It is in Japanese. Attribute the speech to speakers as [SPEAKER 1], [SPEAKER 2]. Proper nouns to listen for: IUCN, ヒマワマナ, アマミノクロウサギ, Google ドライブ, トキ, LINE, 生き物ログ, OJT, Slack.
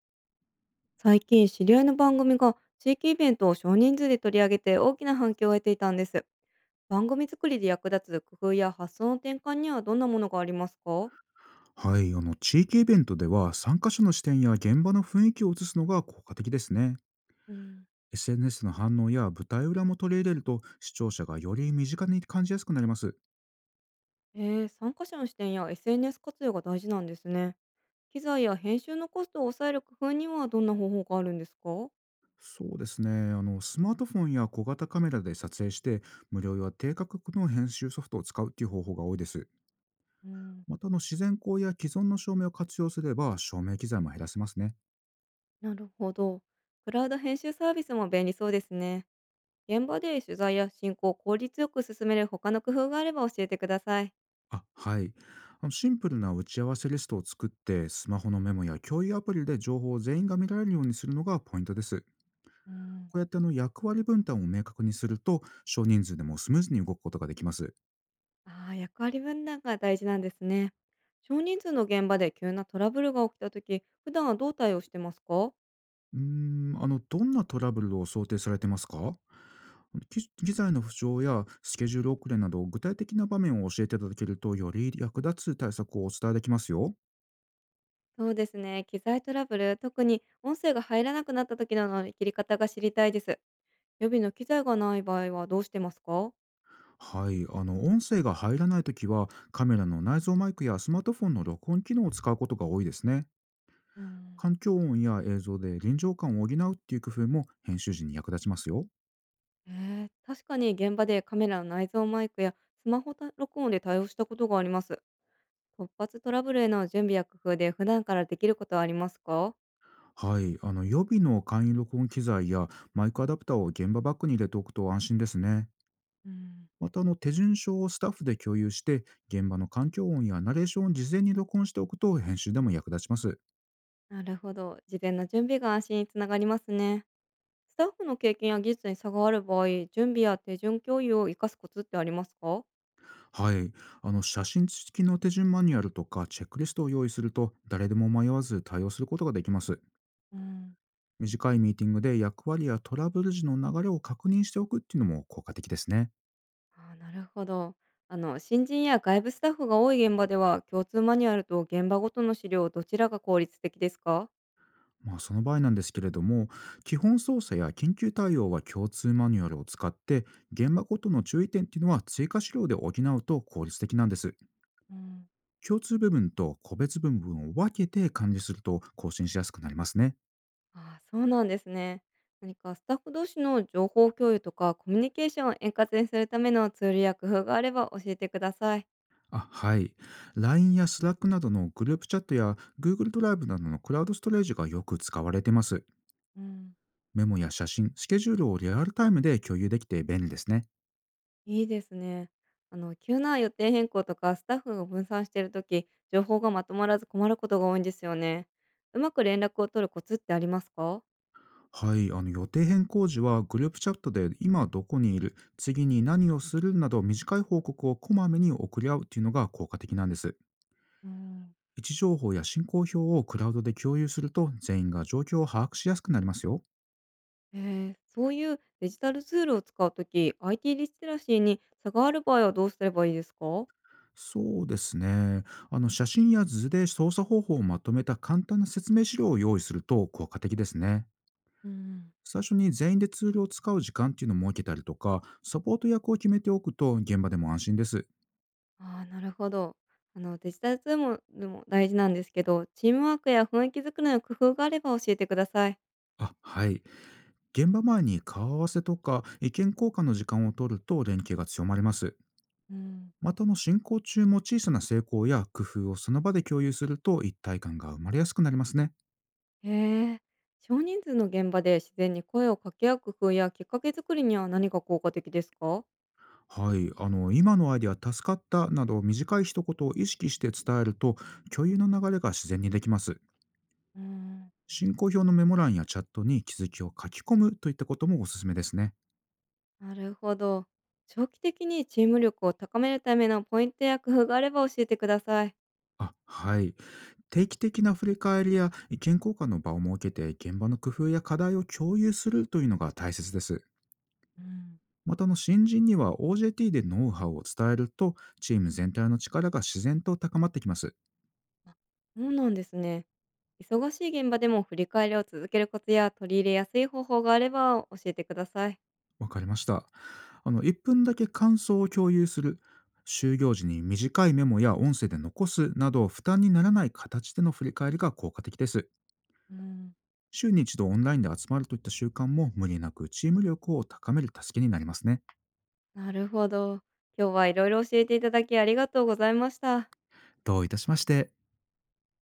[SPEAKER 1] 最近知り合いの番組が地域イベントを少人数で取り上げて大きな反響を得ていたんです。番組作りで役立つ工夫や発想の転換にはどんなものがありますか？
[SPEAKER 2] はい、地域イベントでは参加者の視点や現場の雰囲気を映すのが効果的ですね。
[SPEAKER 1] うん。
[SPEAKER 2] SNS の反応や舞台裏も取り入れると、視聴者がより身近に感じやすくなります。
[SPEAKER 1] 参加者の視点や SNS 活用が大事なんですね。機材や編集のコストを抑える工夫にはどんな方法があるんですか？
[SPEAKER 2] そうですね。スマートフォンや小型カメラで撮影して、無料や低価格の編集ソフトを使うっていう方法が多いです。
[SPEAKER 1] うん。
[SPEAKER 2] また、自然光や既存の照明を活用すれば、照明機材も減らせますね。
[SPEAKER 1] なるほど。クラウド編集サービスも便利そうですね。現場で取材や進行を効率よく進める他の工夫があれば教えてください。
[SPEAKER 2] あ、はい。シンプルな打ち合わせリストを作って、スマホのメモや共有アプリで情報を全員が見られるようにするのがポイントです。
[SPEAKER 1] うん。
[SPEAKER 2] こうやって、役割分担を明確にすると、少人数でもスムーズに動くことができます。
[SPEAKER 1] ああ、役割分担が大事なんですね。少人数の現場で急なトラブルが起きたとき、普段はどう対応してますか？
[SPEAKER 2] どんなトラブルを想定されてますか？機材の不調やスケジュール遅れなど、具体的な場面を教えていただけると、より役立つ対策をお伝えできますよ。
[SPEAKER 1] そうですね。機材トラブル、特に音声が入らなくなった時の乗り切り方が知りたいです。予備の機材がない場合はどうしてますか？
[SPEAKER 2] はい、音声が入らないときは、カメラの内蔵マイクやスマートフォンの録音機能を使うことが多いですね。
[SPEAKER 1] うん。
[SPEAKER 2] 環境音や映像で臨場感を補うっていう工夫も編集時に役立ちますよ。
[SPEAKER 1] え確かに現場でカメラの内蔵マイクやスマホた録音で対応したことがあります。突発トラブルへの準備や工夫で普段からできることはありますか？
[SPEAKER 2] はい、予備の簡易録音機材やマイクアダプターを現場バッグに入れておくと、安心ですね。
[SPEAKER 1] うん。
[SPEAKER 2] また、手順書をスタッフで共有して、現場の環境音やナレーションを事前に録音しておくと、編集でも役立ちます。
[SPEAKER 1] なるほど。事前の準備が安心につながりますね。スタッフの経験や技術に差がある場合、準備や手順共有を活かすコツってありますか？
[SPEAKER 2] はい。写真付きの手順マニュアルとかチェックリストを用意すると、誰でも迷わず対応することができます。
[SPEAKER 1] うん。
[SPEAKER 2] 短いミーティングで役割やトラブル時の流れを確認しておくっていうのも効果的ですね。
[SPEAKER 1] あーなるほど。新人や外部スタッフが多い現場では共通マニュアルと現場ごとの資料どちらが効率的ですか？
[SPEAKER 2] まあ、その場合なんですけれども、基本操作や緊急対応は共通マニュアルを使って、現場ごとの注意点っていうのは追加資料で補うと効率的なんです。
[SPEAKER 1] うん。
[SPEAKER 2] 共通部分と個別部分を分けて管理すると、更新しやすくなりますね。
[SPEAKER 1] ああーそうなんですね。何かスタッフ同士の情報共有とかコミュニケーションを円滑にするためのツールや工夫があれば教えてください。
[SPEAKER 2] あ、はい。LINE や Slack などのグループチャットや Google ドライブなどのクラウドストレージがよく使われています。
[SPEAKER 1] うん。
[SPEAKER 2] メモや写真、スケジュールをリアルタイムで共有できて便利ですね。
[SPEAKER 1] いいですね。急な予定変更とかスタッフが分散しているとき、情報がまとまらず困ることが多いんですよね。うまく連絡を取るコツってありますか？
[SPEAKER 2] はい。予定変更時は、グループチャットで今どこにいる、次に何をするなど短い報告をこまめに送り合うというのが効果的なんです。
[SPEAKER 1] うん。
[SPEAKER 2] 位置情報や進行表をクラウドで共有すると、全員が状況を把握しやすくなりますよ。
[SPEAKER 1] えそういうデジタルツールを使うとき、IT リテラシーに差がある場合はどうすればいいですか？
[SPEAKER 2] そうですね。写真や図で操作方法をまとめた簡単な説明資料を用意すると、効果的ですね。
[SPEAKER 1] うん。
[SPEAKER 2] 最初に全員でツールを使う時間っていうのを設けたりとか、サポート役を決めておくと、現場でも安心です。
[SPEAKER 1] ああ、なるほど。デジタルツールもでも大事なんですけど、チームワークや雰囲気作りの工夫があれば教えてください。
[SPEAKER 2] あ、はい。現場前に顔合わせとか意見交換の時間を取ると、連携が強まります。
[SPEAKER 1] うん。
[SPEAKER 2] また、進行中も小さな成功や工夫をその場で共有すると、一体感が生まれやすくなりますね。
[SPEAKER 1] へえ。少人数の現場で自然に声を掛け合う工夫やきっかけ作りには何が効果的ですか？
[SPEAKER 2] はい、今のアイデア助かったなど短い一言を意識して伝えると、共有の流れが自然にできます。
[SPEAKER 1] うーん。
[SPEAKER 2] 進行表のメモ欄やチャットに気づきを書き込むといったこともおすすめですね。
[SPEAKER 1] なるほど。長期的にチーム力を高めるためのポイントや工夫があれば教えてください。
[SPEAKER 2] あ、はい。定期的な振り返りや意見交換の場を設けて、現場の工夫や課題を共有するというのが大切です。
[SPEAKER 1] うん。
[SPEAKER 2] また、新人には OJT でノウハウを伝えると、チーム全体の力が自然と高まってきます。
[SPEAKER 1] あ、そうなんですね。忙しい現場でも振り返りを続けるコツや取り入れやすい方法があれば教えてください。
[SPEAKER 2] わかりました。1分だけ感想を共有する、就業時に短いメモや音声で残すなど、負担にならない形での振り返りが効果的です。
[SPEAKER 1] うん。
[SPEAKER 2] 週に一度オンラインで集まるといった習慣も無理なくチーム力を高める助けになりますね。
[SPEAKER 1] なるほど。今日はいろいろ教えていただきありがとうございました。
[SPEAKER 2] どういたしまして。